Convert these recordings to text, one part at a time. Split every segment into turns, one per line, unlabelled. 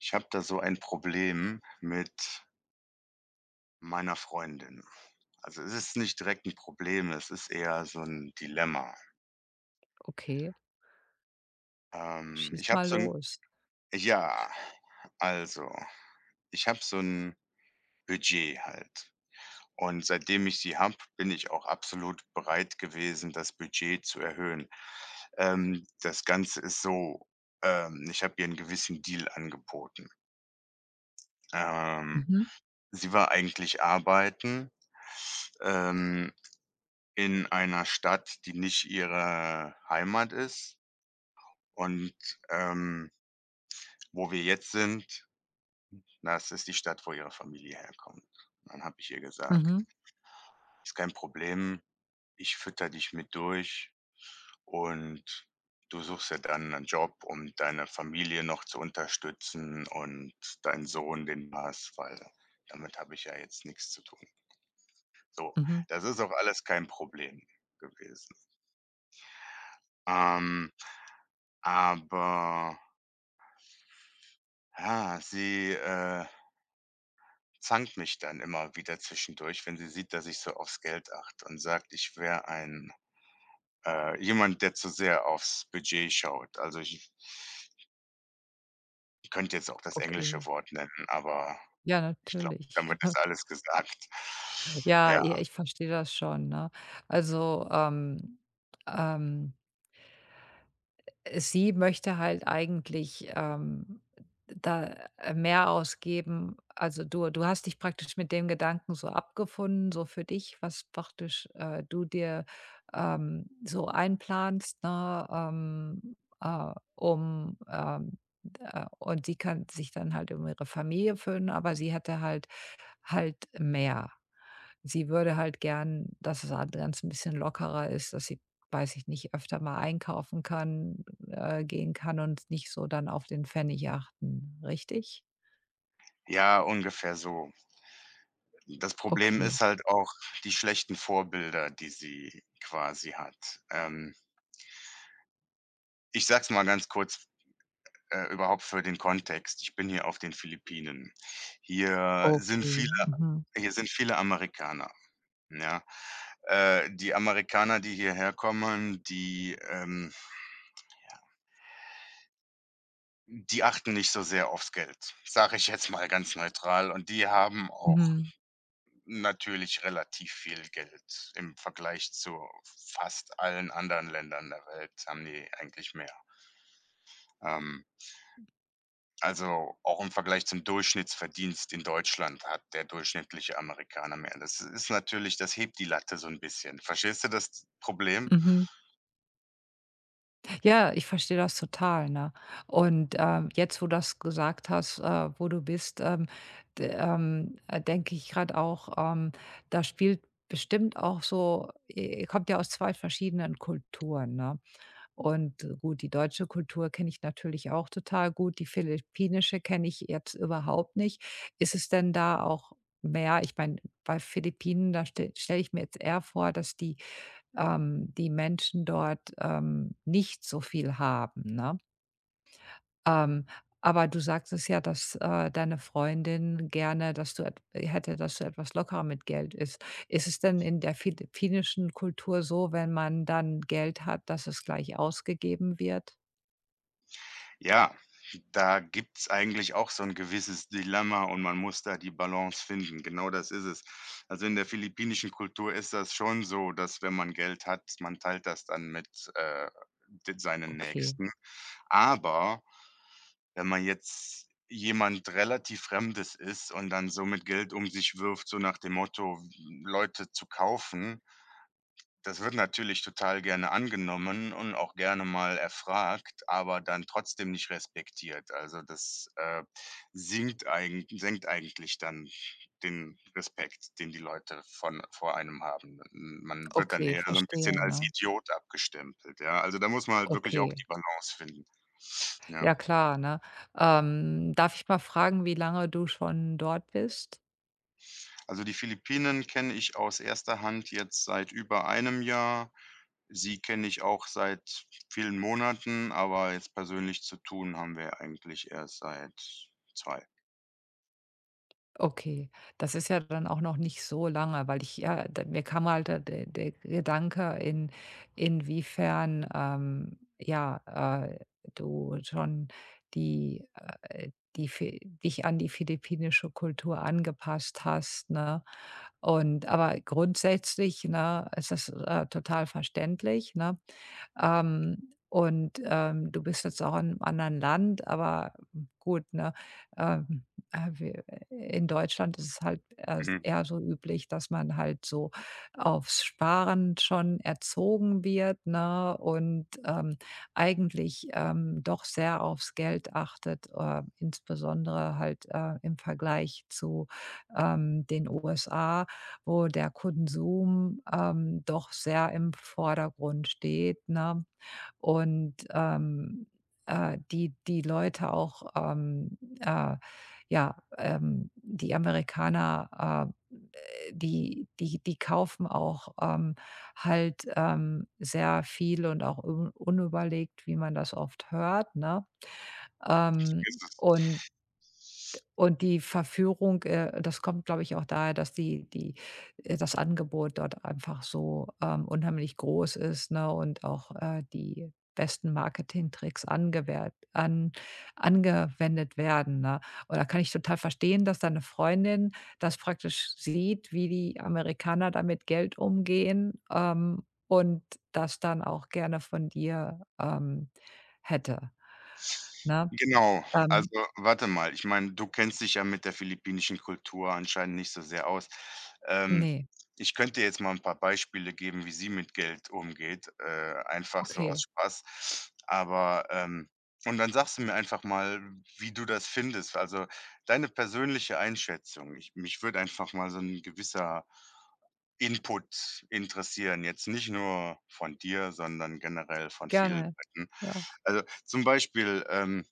Ich habe da so ein Problem mit meiner Freundin. Also, es ist nicht direkt ein Problem, es ist eher so ein Dilemma.
Okay,
Ähm,
schieß
ich habe
mal
so ein
los.
ja, also, Ich habe so ein Budget halt. Und seitdem ich sie habe, bin ich auch absolut bereit gewesen, das Budget zu erhöhen. Das Ganze ist so, ich habe ihr einen gewissen Deal angeboten. Ähm,
Mhm,
Sie war eigentlich arbeiten, ähm in einer Stadt, die nicht ihre Heimat ist, und, ähm, wo wir jetzt sind, das ist die Stadt, wo ihre Familie herkommt. Dann habe ich ihr gesagt:
mhm,
„Ist kein Problem, ich fütter dich mit durch, und du suchst ja dann einen Job, um deine Familie noch zu unterstützen und deinen Sohn, den du hast, weil damit habe ich ja jetzt nichts zu tun.“ So,
mhm,
das ist auch alles kein Problem gewesen. Ähm, aber Ja, sie, zankt mich dann immer wieder zwischendurch, wenn sie sieht, dass ich so aufs Geld achte, und sagt, ich wäre ein, jemand, der zu sehr aufs Budget schaut. Ich könnte jetzt auch das
okay.
englische Wort nennen, aber
Ja,
ich glaube,
natürlich.
damit ist alles gesagt.
Ja,
Ja,
ja, ich verstehe das schon, ne? Also, ähm sie möchte halt eigentlich, da mehr ausgeben. Also, du hast dich praktisch mit dem Gedanken so abgefunden, so für dich, was praktisch, du dir, so einplanst, ne, äh, um, ähm, und sie kann sich dann halt um ihre Familie füllen, aber sie hätte halt mehr. Sie würde halt gern, dass das a ganz 'n bisschen lockerer ist, dass sie, weiß ich nicht, öfter mal einkaufen kann gehen kann und nicht so dann auf den Pfennig achten, richtig?
ja, ungefähr so. Das Problem
Okay,
ist halt auch die schlechten Vorbilder, die sie quasi hat. Ähm, Ich sage es mal ganz kurz. Überhaupt für den Kontext: Ich bin hier auf den Philippinen. Hier sind
okay.
viele
Mhm,
Hier sind viele Amerikaner, ja. Die Amerikaner, die hierher kommen, die, ja, die achten nicht so sehr aufs Geld, sage ich jetzt mal ganz neutral. Und die haben auch
mhm,
natürlich relativ viel Geld. Im Vergleich zu fast allen anderen Ländern der Welt haben die eigentlich mehr. Ähm Also, auch im Vergleich zum Durchschnittsverdienst in Deutschland hat der durchschnittliche Amerikaner mehr. Das ist natürlich, das hebt die Latte so ein bisschen. Verstehst du das Problem?
mhm. Ja, ich verstehe das total, ne? Und, jetzt, wo du das gesagt hast, wo du bist, d denke ich gerade auch, da spielt bestimmt auch so i ihr kommt ja aus 2 verschiedenen Kulturen, ne? Und gut, die deutsche Kultur kenne ich natürlich auch total gut, die philippinische kenne ich jetzt überhaupt nicht. Ist es denn da auch mehr, ich meine, bei Philippinen, da stell stelle stell ich mir jetzt eher vor, dass die die Menschen dort, nicht so viel haben, ne? Ähm, aber du sagtest ja, dass, deine Freundin gerne, dass du et hätte, dass du etwas lockerer mit Geld ist. Ist es denn in der philippinischen Kultur so, wenn man dann Geld hat, dass es gleich ausgegeben wird?
Ja, da gibt's eigentlich auch so ein gewisses Dilemma und man muss da die Balance finden. Genau das ist es. Also, in der philippinischen Kultur ist das schon so, dass wenn man Geld hat, man teilt das dann mit, äh, d seinen
Okay,
Nächsten. Aber Wenn man jetzt jemand relativ Fremdes ist und dann so mit Geld um sich wirft, so nach dem Motto, Leute zu kaufen, das wird natürlich total gerne angenommen und auch gerne mal erfragt, aber dann trotzdem nicht respektiert. Also das, sinkt eigen senkt eigentlich dann den Respekt, den die Leute von vor einem haben. M Man wird dann
okay,
eher so 'n bisschen
verstehe,
als
ne?
Idiot abgestempelt, ja? Also da muss man halt wirklich auch
Okay,
die Balance finden. Ja.
ja klar, ne? Darf ich mal fragen, wie lange du schon dort bist?
Also, die Philippinen kenne ich aus erster Hand jetzt seit über einem Jahr. Sie kenne ich auch seit vielen Monaten, aber jetzt persönlich zu tun haben wir eigentlich erst seit zwei.
Okay, das ist ja dann auch noch nicht so lange, weil ich ja da mir kam halt da der Gedanke, in inwiefern, ja, du schon die äh, die Fi dich an die philippinische Kultur angepasst hast, ne? Und aber grundsätzlich, ne, ist das, total verständlich, ne? Und, du bist jetzt auch in einem anderen Land, aber gut, ne? Ähm, wir in Deutschland ist es halt erst
Mhm.
eher so üblich, dass man halt so aufs Sparen schon erzogen wird, ne? Und, eigentlich, doch sehr aufs Geld achtet, insbesondere halt, im Vergleich zu, den USA, wo der Konsum, doch sehr im Vordergrund steht, ne? Und, die Leute auch, ja, die Amerikaner, die kaufen auch, halt, sehr viel und auch un unüberlegt, wie man das oft hört, ne?
Ist
Ähm,
es
und und die Verführung, das kommt, glaube ich, auch daher, dass die die das Angebot dort einfach so, unheimlich groß ist, ne, und auch, die besten Marketingtricks angewert an angewendet werden, ne? Und da kann ich total verstehen, dass deine Freundin das praktisch sieht, wie die Amerikaner damit Geld umgehen, und das dann auch gerne von dir, hätte, ne?
Genau,
Ähm,
also warte mal, ich meine, du kennst dich ja mit der philippinischen Kultur anscheinend nicht so sehr aus. Ähm,
ne,
Ich könnte jetzt mal ein paar Beispiele geben, wie sie mit Geld umgeht, einfach so
okay.
aus Spaß. Und dann sagst du mir einfach mal, wie du das findest. Also, deine persönliche Einschätzung. Ich mich würde einfach mal so ein gewisser Input interessieren, jetzt nicht nur von dir, sondern generell von vielen
Gerne,
Leuten.
ja.
Also, zum Beispiel,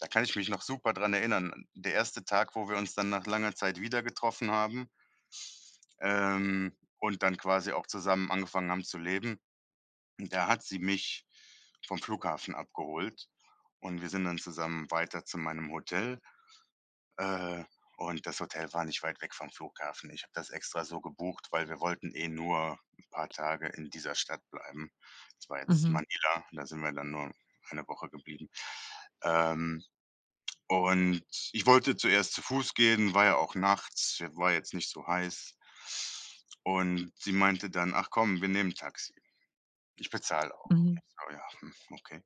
da kann ich mich noch super dran erinnern, der erste Tag, wo wir uns dann nach langer Zeit wieder getroffen haben, ähm, und dann quasi auch zusammen angefangen haben zu leben, da hat sie mich vom Flughafen abgeholt und wir sind dann zusammen weiter zu meinem Hotel. Äh, und das Hotel war nicht weit weg vom Flughafen. Ich habe das extra so gebucht, weil wir wollten eh nur ein paar Tage in dieser Stadt bleiben. Das war jetzt
Mhm,
Manila, da sind wir dann nur eine Woche geblieben. Ähm, und Ich wollte zuerst zu Fuß gehen, war ja auch nachts, war jetzt nicht so heiß. Und sie meinte dann: „Ach komm, wir nehmen Taxi. Ich bezahle auch.“
mhm.
Ich so: „Ja, hm, okay.“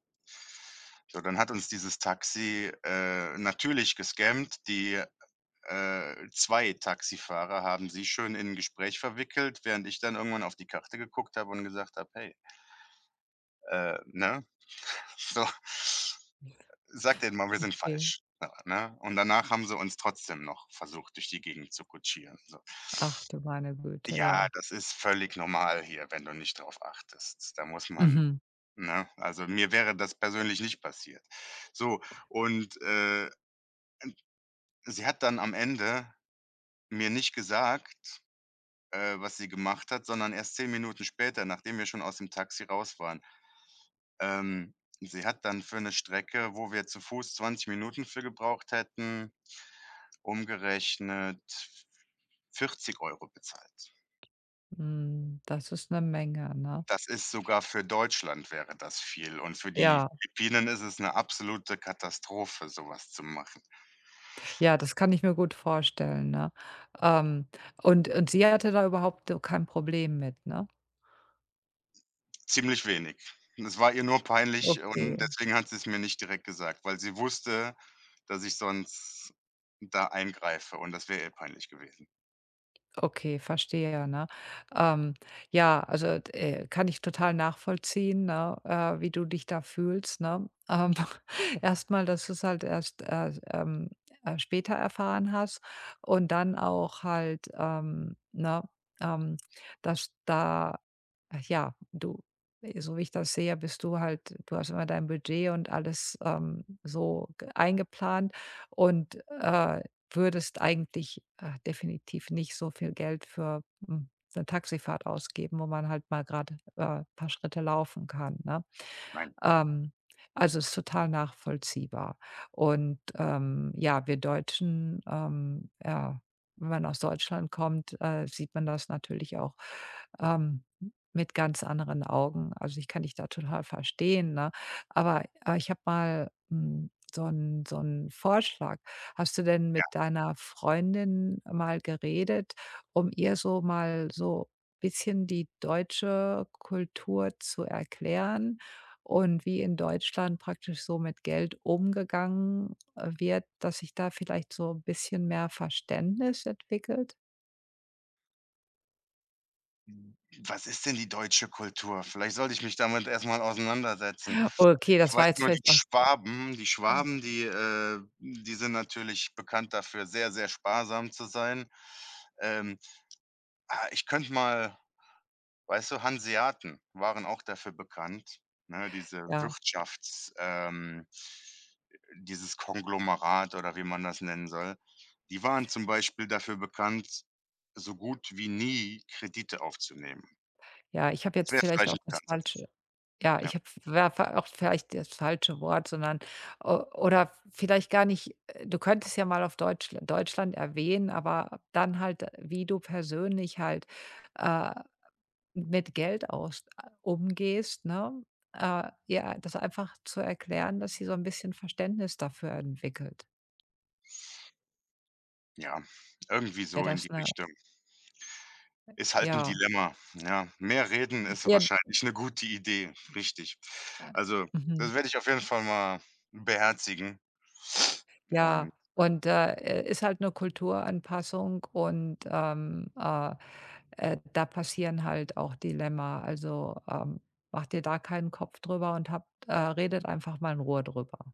So, dann hat uns dieses Taxi, natürlich gescammt. Die 2 Taxifahrer haben sie schön in 'n Gespräch verwickelt, während ich dann irgendwann auf die Karte geguckt habe und gesagt habe: „Hey, ne, so, sag denen mal, wir sind
Okay.
falsch.“ So, ne? Und danach haben sie uns trotzdem noch versucht, durch die Gegend zu kutschieren, so.
Ach du meine Güte,
Ja,
ja.
das ist völlig normal hier, wenn du nicht drauf achtest. Da muss man,
Mhm.
ne? Also, mir wäre das persönlich nicht passiert. So, und, sie hat dann am Ende mir nicht gesagt, was sie gemacht hat, sondern erst 10 Minuten später, nachdem wir schon aus dem Taxi raus waren. Ähm, Sie hat dann für 'ne Strecke, wo wir zu Fuß 20 Minuten für gebraucht hätten, umgerechnet 40 € bezahlt.
Hm, das ist eine Menge, ne?
Das ist sogar, für Deutschland wäre das viel, und für die
Ja,
Philippinen ist es 'ne absolute Katastrophe, so was zu machen.
ja, das kann ich mir gut vorstellen, ne? Ähm, und sie hatte da überhaupt, kein Problem mit, ne?
Ziemlich wenig. Es war ihr nur peinlich und
Okay.
deswegen hat sie's mir nicht direkt gesagt, weil sie wusste, dass ich sonst da eingreife und das wäre ihr peinlich gewesen.
Okay, verstehe, ne? Ähm, ja, also, kann ich total nachvollziehen, ne, wie du dich da fühlst, ne? Erst mal, dass du's halt erst, später erfahren hast und dann auch halt, ne, ähm, dass da ja, du so wie ich das sehe, bist du halt du hast immer dein Budget und alles, so g eingeplant und, würdest eigentlich, definitiv nicht so viel Geld für, hm, 'ne Taxifahrt ausgeben, wo man halt mal gerade ein paar Schritte laufen kann, ne?
Nein.
Ähm, also, ist total nachvollziehbar. Und, ja, wir Deutschen, ja, wenn man aus Deutschland kommt, sieht man das natürlich auch, ähm, mit ganz anderen Augen. Also, ich kann dich da total verstehen, ne? Aber, ich habe mal, hm, so einen so 'n Vorschlag. Hast du denn mit deiner Freundin mal geredet, um ihr so mal so bisschen die deutsche Kultur zu erklären und wie in Deutschland praktisch so mit Geld umgegangen wird, dass sich da vielleicht so ein bisschen mehr Verständnis entwickelt?
Was ist denn die deutsche Kultur? Vielleicht sollte ich mich damit erst mal auseinandersetzen.
Okay,
Ich
das
weiß
war jetzt
nur,
vielleicht auch
Die
hm,
Schwaben, die sind natürlich bekannt dafür, sehr, sehr sparsam zu sein. Ähm, Ich könnte mal, weißt du, Hanseaten waren auch dafür bekannt, ne,
ja,
Dieses Konglomerat oder wie man das nennen soll. Die waren zum Beispiel dafür bekannt, so gut wie nie Kredite aufzunehmen.
ja, ich habe
Das
jetzt
wäre
vielleicht
vielleicht
auch
ein
das
Ansatz.
falsche, ja,
Ja,
ich habe auch vielleicht das falsche Wort, sondern o oder vielleicht gar nicht, du könntest ja mal auf Deutschland erwähnen, aber dann halt, wie du persönlich halt, äh mit Geld aus umgehst, ne? Ja, das einfach zu erklären, dass sie so ein bisschen Verständnis dafür entwickelt.
ja, irgendwie
Wäre
so in die
das 'ne
Richtung. Ist halt ein
ja,
Dilemma, ja. Mehr reden ist
ja,
wahrscheinlich eine gute Idee, richtig.
äh,
Also, das
mhm,
werde ich auf jeden Fall mal beherzigen und
ja. Und, ist halt eine Kulturanpassung und, da passieren halt auch Dilemma. Also, macht ihr da keinen Kopf drüber und habt redet einfach mal in Ruhe drüber.